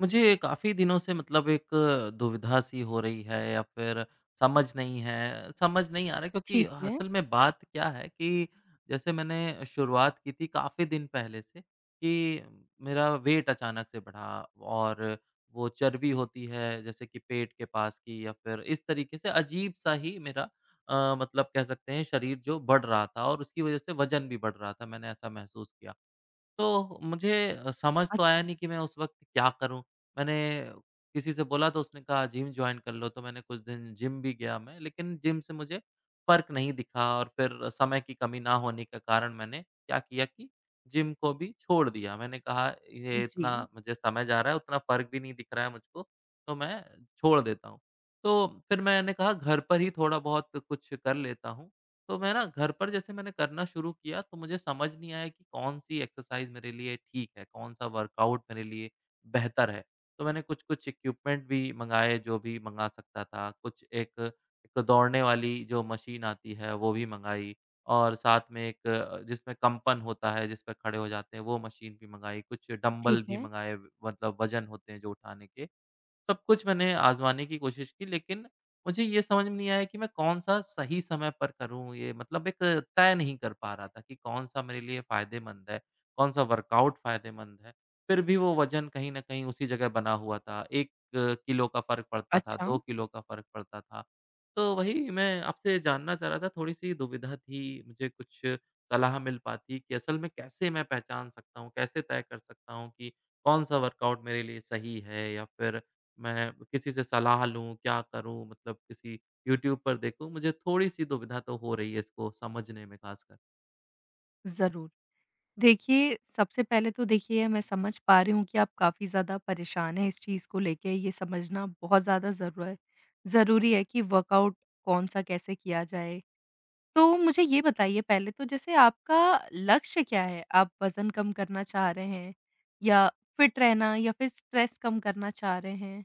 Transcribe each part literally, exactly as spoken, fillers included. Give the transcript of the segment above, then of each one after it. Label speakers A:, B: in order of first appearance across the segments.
A: मुझे काफ़ी दिनों से मतलब एक दुविधा सी हो रही है या फिर समझ नहीं है समझ नहीं आ रहा है, क्योंकि
B: ठीक है।
A: असल में बात क्या है कि जैसे मैंने शुरुआत की थी काफ़ी दिन पहले से कि मेरा वेट अचानक से बढ़ा और वो चर्बी होती है जैसे कि पेट के पास की या फिर इस तरीके से अजीब सा ही मेरा अ, मतलब कह सकते हैं शरीर जो बढ़ रहा था और उसकी वजह से वजन भी बढ़ रहा था, मैंने ऐसा महसूस किया। तो मुझे अ, समझ तो आया
B: अच्छा।
A: नहीं कि मैं उस वक़्त क्या करूँ? मैंने किसी से बोला तो उसने कहा जिम जॉइन कर लो, तो मैंने कुछ दिन जिम भी गया मैं, लेकिन जिम से मुझे फ़र्क नहीं दिखा और फिर समय की कमी ना होने के कारण मैंने क्या किया कि जिम को भी छोड़ दिया। मैंने कहा ये
B: जी,
A: इतना मुझे समय जा रहा है, उतना फ़र्क भी नहीं दिख रहा है मुझको, तो मैं छोड़ देता हूँ। तो फिर मैंने कहा घर पर ही थोड़ा बहुत कुछ कर लेता हूँ, तो मैं ना घर पर जैसे मैंने करना शुरू किया तो मुझे समझ नहीं आया कि कौन-सी एक्सरसाइज़ मेरे लिए ठीक है, कौन-सा वर्कआउट मेरे लिए बेहतर है। तो मैंने कुछ-कुछ इक्विपमेंट भी मँगाए, जो भी मँगा सकता था, कुछ एक एक दौड़ने वाली जो मशीन आती है वो भी मँगाई, और साथ में एक अ, जिसमें कंपन होता है, जिस पे खड़े हो जाते हैं वो मशीन भी मँगाई, कुछ डंबल
B: ठीक
A: भी
B: है।
A: मँगाए, मतलब वज़न होते हैं जो उठाने के। सब कुछ मैंने आज़माने की कोशिश की, लेकिन मुझे ये समझ में नहीं आया कि मैं कौन-सा सही समय पर करूँ, ये मतलब एक तय नहीं कर पा रहा था कि कौन-सा मेरे लिए फ़ायदेमंद है, कौन-सा वर्कआउट फ़ायदेमंद है। फिर भी वो वज़न कहीं न कहीं उसी जगह बना हुआ था। एक किलो का फ़र्क पड़ता था,
B: अच्छा,
A: दो किलो का फ़र्क पड़ता था। तो वही मैं आपसे जानना चाह रहा था, थोड़ी-सी दुविधा थी, मुझे कुछ सलाह मिल पाती कि असल में कैसे मैं पहचान सकता हूँ, कैसे तय कर सकता हूँ कि कौन-सा वर्कआउट मेरे लिए सही है, या फिर मैं किसी से सलाह लूँ, क्या करूँ? मतलब किसी यूट्यूब पर देखूँ, मुझे थोड़ी-सी दुविधा तो हो रही है इसको समझने में ख़ासकर।
B: ज़रूर। देखिए, सबसे पहले तो देखिए मैं समझ पा रही हूँ कि आप काफ़ी ज़्यादा परेशान हैं इस चीज़ को लेके। ये समझना बहुत ज़्यादा ज़रूर है ज़रूरी है कि वर्कआउट कौन-सा कैसे किया जाए। तो मुझे ये बताइए पहले तो जैसे आपका लक्ष्य क्या है? आप वज़न कम करना चाह रहे हैं या फिट रहना या फिर स्ट्रेस कम करना चाह रहे हैं?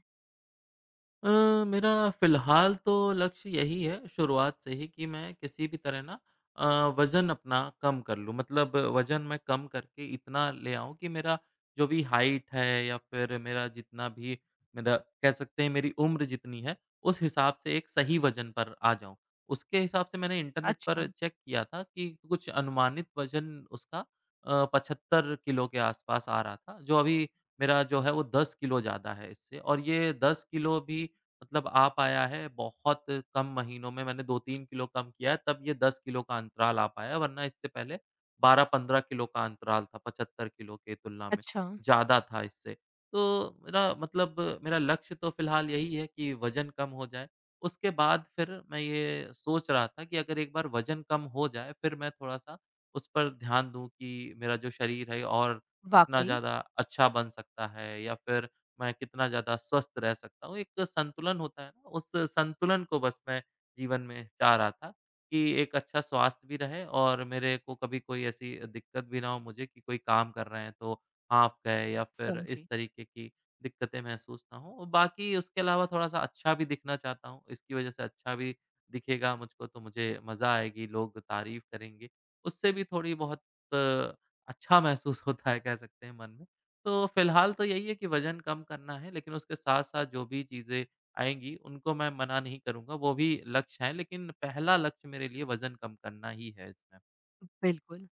A: अ, मेरा फ़िलहाल तो लक्ष्य यही है शुरुआत से ही कि मैं किसी भी तरह ना, अ, वज़न अपना कम कर लूँ। मतलब वज़न मैं कम करके इतना ले आऊँ कि मेरा जो भी हाइट है या फिर मेरा जितना भी मेरा, कह सकते हैं मेरी उम्र जितनी है, उस हिसाब से एक सही वज़न पर आ जाऊँ। उसके हिसाब से मैंने इंटरनेट पर
B: अच्छा,
A: चेक किया था कि कुछ अनुमानित वज़न उसका अ, पचहत्तर किलो के आसपास आ रहा था, जो अभी मेरा जो है वो दस किलो ज़्यादा है इससे, और ये दस किलो भी मतलब आ पाया है, बहुत कम महीनों में मैंने दो तीन किलो कम किया है, तब ये दस किलो का अंतराल आ पाया है, वरना इससे पहले बारह पंद्रह किलो का अंतराल था, पचहत्तर किलो की तुलना में,
B: अच्छा।
A: ज़्यादा था इससे। तो मेरा मतलब मेरा लक्ष्य तो फिलहाल यही है कि वज़न कम हो जाए, उसके बाद फिर मैं ये सोच रहा था कि अगर एक बार वज़न कम हो जाए, फिर मैं थोड़ा-सा उस पर ध्यान दूँ कि मेरा जो शरीर है और कितना
B: वाक़ई,
A: ज़्यादा अच्छा बन सकता है, या फिर मैं कितना ज़्यादा स्वस्थ रह सकता हूँ। एक संतुलन होता है ना, उस संतुलन को बस मैं जीवन में चाह रहा था कि एक अच्छा स्वास्थ्य भी रहे और मेरे को कभी कोई ऐसी दिक्कत भी ना हो मुझे कि कोई काम कर रहे हैं तो हाँफ गए या फिर इस
B: समझी।
A: तरीके की दिक्कतें महसूस ना हो। और बाकी उसके अलावा थोड़ा-सा अच्छा भी दिखना चाहता हूँ, इसकी वज़ह से अच्छा भी दिखेगा मुझको तो मुझे मज़ा आएगी, लोग तारीफ़ करेंगे। उससे भी थोड़ी बहुत अ, अच्छा महसूस होता है, कह सकते हैं मन में। तो फिलहाल तो यही है कि वज़न कम करना है, लेकिन उसके साथ-साथ जो भी चीज़ें आएँगी, उनको मैं मना नहीं करूँगा, वो भी लक्ष्य हैं, लेकिन पहला लक्ष्य मेरे लिए वज़न कम करना ही है इसमें।
B: बिल्कुल।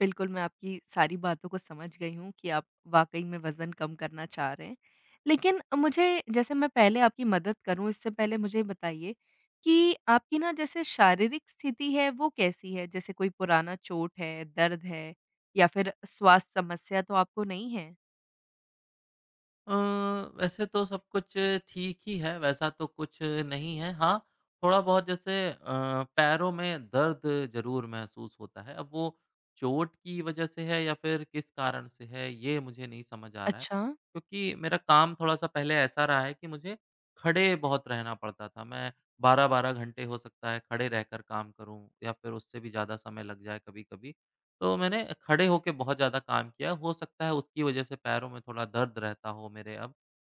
B: बिल्कुल, मैं आपकी सारी बातों को समझ गई हूँ कि आप वाक़ई में वज़न कम करना चाह रहे हैं। लेकिन मुझे जैसे मैं पहले आपकी मदद करूँ इससे पहले मुझे बताइए कि आपकी ना जैसे शारीरिक स्थिति है वो कैसी है? जैसे कोई पुराना चोट है, दर्द है या फिर स्वास्थ्य समस्या तो आपको नहीं है?
A: अ, वैसे तो सब कुछ ठीक ही है, वैसा तो कुछ नहीं है। हाँ, थोड़ा-बहुत जैसे अ, पैरों में दर्द ज़रूर महसूस होता है। अब वो चोट की वजह से है या फिर किस कारण से है, ये मुझे नहीं समझ आ रहा है।
B: अच्छा,
A: क्योंकि मेरा काम थोड़ा-सा पहले ऐसा रहा है कि मुझे खड़े बहुत रहना पड़ता था। मैं बारह बारह घंटे हो सकता है खड़े रहकर काम करूँ या फिर उससे भी ज़्यादा समय लग जाए कभी-कभी। तो मैंने खड़े होके बहुत ज़्यादा काम किया, हो सकता है उसकी वजह से पैरों में थोड़ा दर्द रहता हो मेरे अब।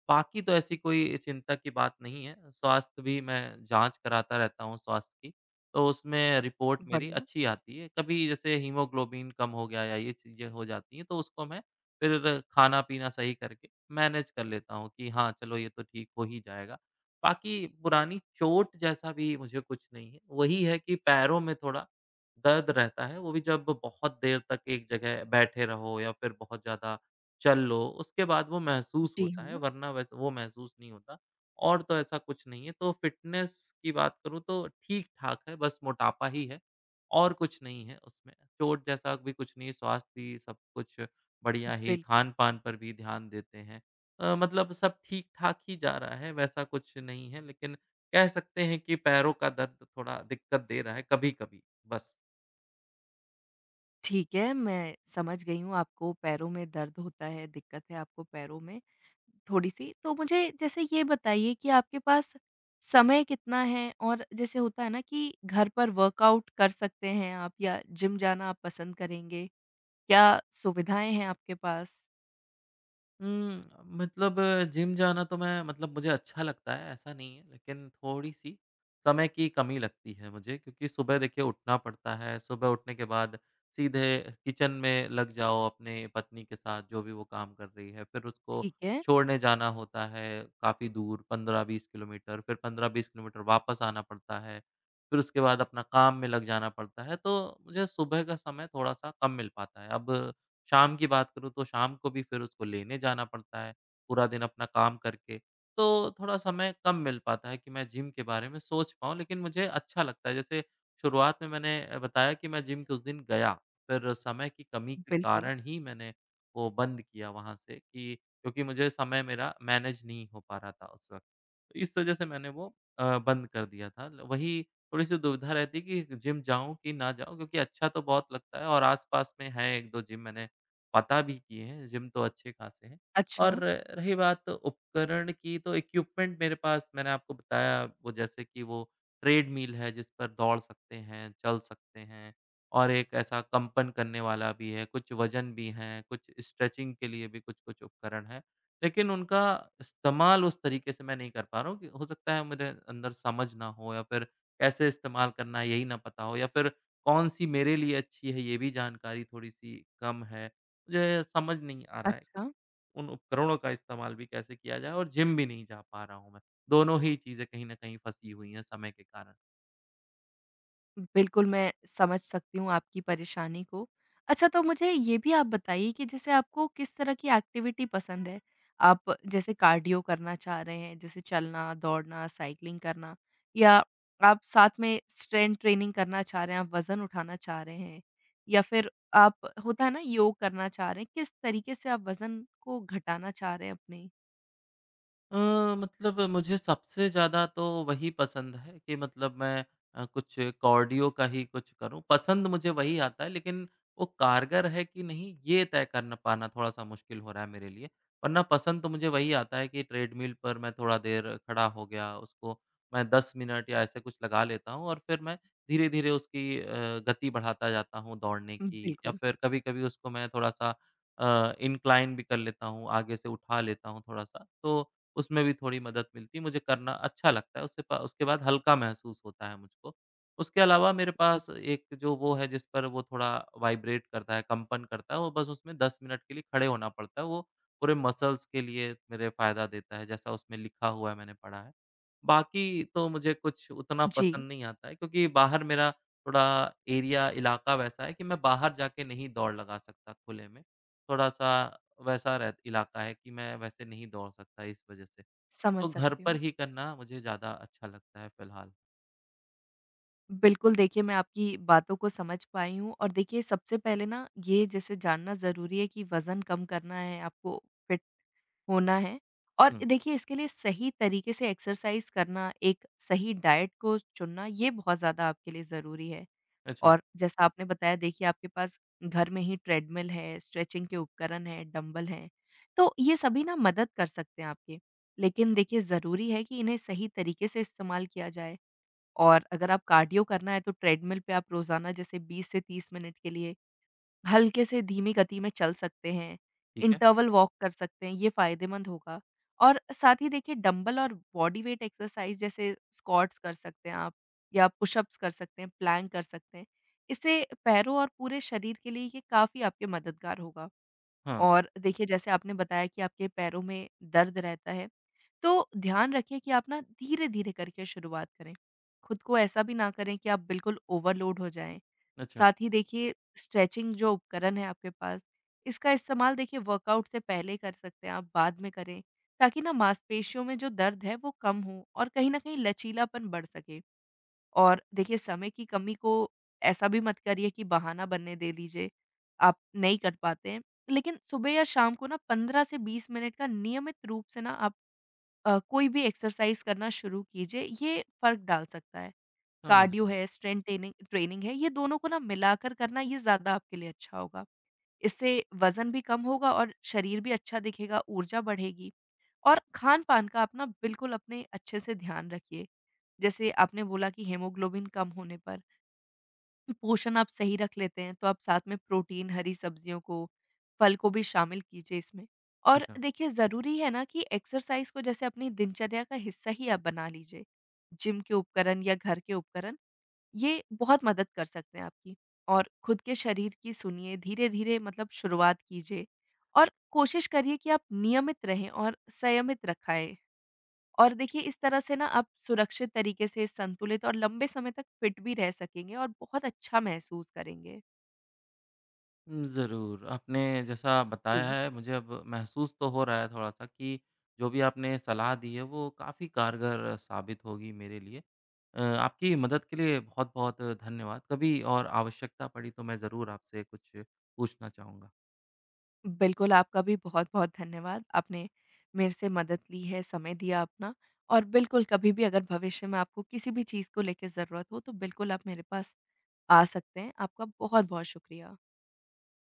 A: बाकी तो ऐसी कोई चिंता की बात नहीं है, स्वास्थ्य भी मैं जाँच कराता रहता हूँ स्वास्थ्य की, तो उसमें रिपोर्ट मेरी
B: बढ़िया।
A: अच्छी आती है। कभी जैसे हीमोग्लोबिन कम हो गया या ये चीज़ें हो जाती हैं, तो उसको मैं फिर खाना-पीना सही करके मैनेज कर लेता हूँ कि हाँ, चलो ये तो ठीक हो ही जाएगा। बाकी पुरानी चोट जैसा भी मुझे कुछ नहीं है, वही है कि पैरों में थोड़ा दर्द रहता है, वो भी जब बहुत देर तक एक जगह बैठे रहो या फिर बहुत ज़्यादा चल लो, उसके बाद वो महसूस
B: जी
A: होता है,
B: हाँ,
A: वरना वैसे वो महसूस नहीं होता, और तो ऐसा कुछ नहीं है। तो फ़िटनेस की बात करूँ तो ठीक-ठाक है, बस मोटापा ही है और कुछ नहीं है उसमें। चोट जैसा भी कुछ नहीं है, स्वास्थ्य भी सब कुछ बढ़िया ही,
B: बिल्कुल।
A: खान-पान पर भी ध्यान देते हैं। अ, मतलब सब ठीक-ठाक ही जा रहा है, वैसा कुछ नहीं है, लेकिन कह सकते हैं कि पैरों का दर्द थोड़ा दिक्कत दे रहा है कभी-कभी, बस।
B: ठीक है, मैं समझ गई हूँ आपको पैरों में दर्द होता है, दिक्कत है आपको पैरों में थोड़ी-सी। तो मुझे जैसे ये बताइए कि आपके पास समय कितना है? और जैसे होता है ना कि घर पर वर्कआउट कर सकते हैं आप या जिम जाना आप पसंद करेंगे? क्या सुविधाएँ हैं आपके पास?
A: उम, मतलब अ, जिम जाना तो मैं मतलब मुझे अच्छा लगता है, ऐसा नहीं है, लेकिन थोड़ी-सी समय की कमी लगती है मुझे, क्योंकि सुबह देखिए उठना पड़ता है, सुबह उठने के बाद सीधे किचन में लग जाओ अपने पत्नी के साथ जो भी वो काम कर रही है, फिर उसको
B: ठीक है,
A: छोड़ने जाना होता है काफ़ी दूर पंद्रह बीस किलोमीटर, फिर पंद्रह बीस किलोमीटर वापस आना पड़ता है, फिर उसके बाद अपना काम में लग जाना पड़ता है, तो मुझे सुबह का समय थोड़ा-सा कम मिल पाता है। अब शाम की बात करूँ तो शाम को भी फिर उसको लेने जाना पड़ता है, पूरा दिन अपना काम करके। तो थोड़ा समय कम मिल पाता है कि मैं जिम के बारे में सोच पाऊँ, लेकिन मुझे अच्छा लगता है। जैसे शुरुआत में मैंने अ, बताया कि मैं जिम के उस दिन गया, फिर समय की कमी के
B: बिल्कुल।
A: कारण ही मैंने वो बंद किया वहाँ से कि, क्योंकि मुझे समय मेरा मैनेज नहीं हो पा रहा था उस वक़्त। तो इस वज़ह से मैंने वो अ, बंद कर दिया था। ल वही थोड़ी-सी दुविधा रहती है कि जिम जाऊँ कि ना जाऊँ, क्योंकि अच्छा तो बहुत लगता है और आस-पास में है एक दो जिम मैंने पता भी किए हैं, जिम तो अच्छे खासे हैं।
B: अच्छा,
A: और रही बात उपकरण की तो इक्विपमेंट मेरे पास मैंने आपको बताया वो, जैसे कि वो ट्रेडमिल है जिस पर दौड़ सकते हैं, चल सकते हैं, और एक ऐसा कंपन करने वाला भी है, कुछ वजन भी हैं, कुछ स्ट्रेचिंग के लिए भी कुछ-कुछ उपकरण हैं। लेकिन उनका इस्तेमाल उस तरीके से मैं नहीं कर पा रहा हूँ कि हो सकता है मेरे अंदर समझ ना हो या फिर कैसे इस्तेमाल करना है यही ना पता हो या फिर कौन-सी मेरे लिए अच्छी है ये भी जानकारी थोड़ी-सी कम है। मुझे समझ नहीं आ रहा है कि
B: अच्छा।
A: उन उपकरणों का इस्तेमाल भी कैसे किया जाए और जिम भी नहीं जा पा रहा हूँ मैं। दोनों ही चीज़ें कहीं न कहीं फँसी हुई हैं समय के कारण।
B: बिल्कुल, मैं समझ सकती हूँ आपकी परेशानी को। अच्छा तो मुझे ये भी आप बताइए कि जैसे आपको किस तरह की एक्टिविटी पसंद है? आप जैसे कार्डियो करना चाह रहे हैं, जैसे चलना, दौड़ना, साइक्लिंग करना या आप साथ में स्ट्रेंथ ट्रेनिंग करना चाह रहे हैं, आप वज़न उठाना चाह रहे हैं या फिर आप होता है ना योग करना चाह रहे हैं, किस तरीके से आप वज़न को घटाना चाह रहे हैं अपने?
A: अ, मतलब मुझे सबसे ज़्यादा तो वही पसंद है कि मतलब मैं अ, कुछ कार्डियो का ही कुछ करूँ। पसंद मुझे वही आता है, लेकिन वो कारगर है कि नहीं ये तय कर पाना थोड़ा-सा मुश्किल हो रहा है मेरे लिए। वरना पसंद तो मुझे वही आता है कि ट्रेडमिल पर मैं थोड़ा देर खड़ा हो गया, उसको मैं दस मिनट या ऐसे कुछ लगा लेता हूँ और फिर मैं धीरे-धीरे उसकी अ, गति बढ़ाता जाता हूँ दौड़ने की, या
B: बिल्कुल,
A: फिर कभी-कभी उसको मैं थोड़ा-सा अ, इन्क्लाइन भी कर लेता हूँ, आगे से उठा लेता हूँ थोड़ा-सा। तो उसमें भी थोड़ी मदद मिलती है, मुझे करना अच्छा लगता है, उससे प उसके बाद हल्का महसूस होता है मुझको। उसके अलावा मेरे पास
B: ज़रूर।
A: एक जो वो है जिस पर वो थोड़ा वाइब्रेट करता है, कंपन करता है, वो बस उसमें दस मिनट के लिए खड़े होना पड़ता है, वो पूरे मसल्स के लिए मेरे फ़ायदा देता है, जैसा उसमें लिखा हुआ है मैंने पढ़ा है। बाकी तो मुझे कुछ उतना
B: जी,
A: पसंद नहीं आता है क्योंकि बाहर मेरा थोड़ा एरिया, इलाका वैसा है कि मैं बाहर जाके नहीं दौड़ लगा सकता खुले में। थोड़ा-सा वैसा रह इलाका है कि मैं वैसे नहीं दौड़ सकता इस वजह से।
B: समझ
A: तो घर
B: सकती
A: पर
B: हूँ।
A: ही करना मुझे ज़्यादा अच्छा लगता है फ़िलहाल।
B: बिल्कुल, देखिए मैं आपकी बातों को समझ पाई हूँ और देखिए सबसे पहले ना ये जैसे जानना ज़रूरी है कि वज़न कम करना है, आपको फिट होना है और
A: हुँ,
B: देखिए इसके लिए सही तरीके से एक्सरसाइज़ करना, एक सही डाइट को चुनना ये बहुत ज़्यादा आपके लिए ज़रूरी है।
A: अच्छा,
B: और जैसा आपने बताया देखिए आपके पास घर में ही ट्रेडमिल है, स्ट्रेचिंग के उपकरण हैं, डंबल हैं, तो ये सभी ना मदद कर सकते हैं आपके। लेकिन देखिए ज़रूरी है कि इन्हें सही तरीके से इस्तेमाल किया जाए। और अगर आप कार्डियो करना है तो ट्रेडमिल पे आप रोज़ाना जैसे बीस से तीस मिनट के लिए हल्के से धीमी गति में चल सकते हैं,
A: ठीक है।
B: इंटरवल वॉक कर सकते हैं, ये फ़ायदेमंद होगा। और साथ ही देखिए डंबल और बॉडी वेट एक्सरसाइज़ जैसे स्क्वाट्स कर सकते हैं आप या पुशअप्स कर सकते हैं, प्लैंक कर सकते हैं। इससे पैरों और पूरे शरीर के लिए ये काफ़ी आपके मददगार होगा।
A: हाँ,
B: और देखिए जैसे आपने बताया कि आपके पैरों में दर्द रहता है, तो ध्यान रखें कि आप ना धीरे-धीरे करके शुरुआत करें। खुद को ऐसा भी ना करें कि आप बिल्कुल ओवरलोड हो जाएँ।
A: अच्छा,
B: साथ ही देखिए स्ट्रेचिंग जो उपकरण है आपके पास, इसका इस्तेमाल देखिए वर्कआउट से पहले कर सकते हैं आप, बाद में करें, ताकि ना मांसपेशियों में जो दर्द है वो कम हो और कहीं न कहीं लचीलापन बढ़ सके। और देखिए समय की कमी को ऐसा भी मत करिए कि बहाना बनने दे दीजिए, आप नहीं कर पाते हैं। लेकिन सुबह या शाम को ना पंद्रह से बीस मिनट का नियमित रूप से ना आप अ, कोई भी एक्सरसाइज़ करना शुरू कीजिए, ये फ़र्क डाल सकता है।
A: समझ रहा
B: कार्डियो
A: हूँ।
B: है, स्ट्रेंथ ट्रेनिंग ट्रेनिंग है, ये दोनों को ना मिलाकर करना ये ज़्यादा आपके लिए अच्छा होगा। इससे वज़न भी कम होगा और शरीर भी अच्छा दिखेगा, ऊर्जा बढ़ेगी। और खान-पान का आप ना बिल्कुल अपने अच्छे से ध्यान रखिए, जैसे आपने बोला कि हीमोग्लोबिन कम होने पर। पोषण आप सही रख लेते हैं, तो आप साथ में प्रोटीन, हरी सब्जियों को, फल को भी शामिल कीजिए इसमें। और
A: अच्छा।
B: देखिए ज़रूरी है ना कि एक्सरसाइज़ को जैसे अपनी दिनचर्या का हिस्सा ही आप बना लीजिए। जिम के उपकरण या घर के उपकरण ये बहुत मदद कर सकते हैं आपकी। और खुद के शरीर की सुनिए, धीरे-धीरे मतलब शुरुआत कीजिए और कोशिश करिए कि आप नियमित रहें और संयमित रखाएँ। और देखिए इस तरह से ना आप सुरक्षित तरीके से संतुलित और लंबे समय तक फिट भी रह सकेंगे और बहुत अच्छा महसूस करेंगे।
A: उम, ज़रूर, आपने जैसा
B: जी।
A: बताया है मुझे अब महसूस तो हो रहा है थोड़ा-सा कि जो भी आपने सलाह दी है वो काफ़ी कारगर साबित होगी मेरे लिए। अ, आपकी मदद के लिए बहुत-बहुत धन्यवाद। कभी और आवश्यकता पड़ी तो मैं ज़रूर आपसे कुछ पूछना चाहूँगा।
B: बिल्कुल, आपका भी बहुत-बहुत धन्यवाद। आपने मेरे से मदद ली है, समय दिया अपना और बिल्कुल कभी भी अगर भविष्य में आपको किसी भी चीज़ को लेके ज़रूरत हो तो बिल्कुल आप मेरे पास आ सकते हैं। आपका बहुत-बहुत शुक्रिया।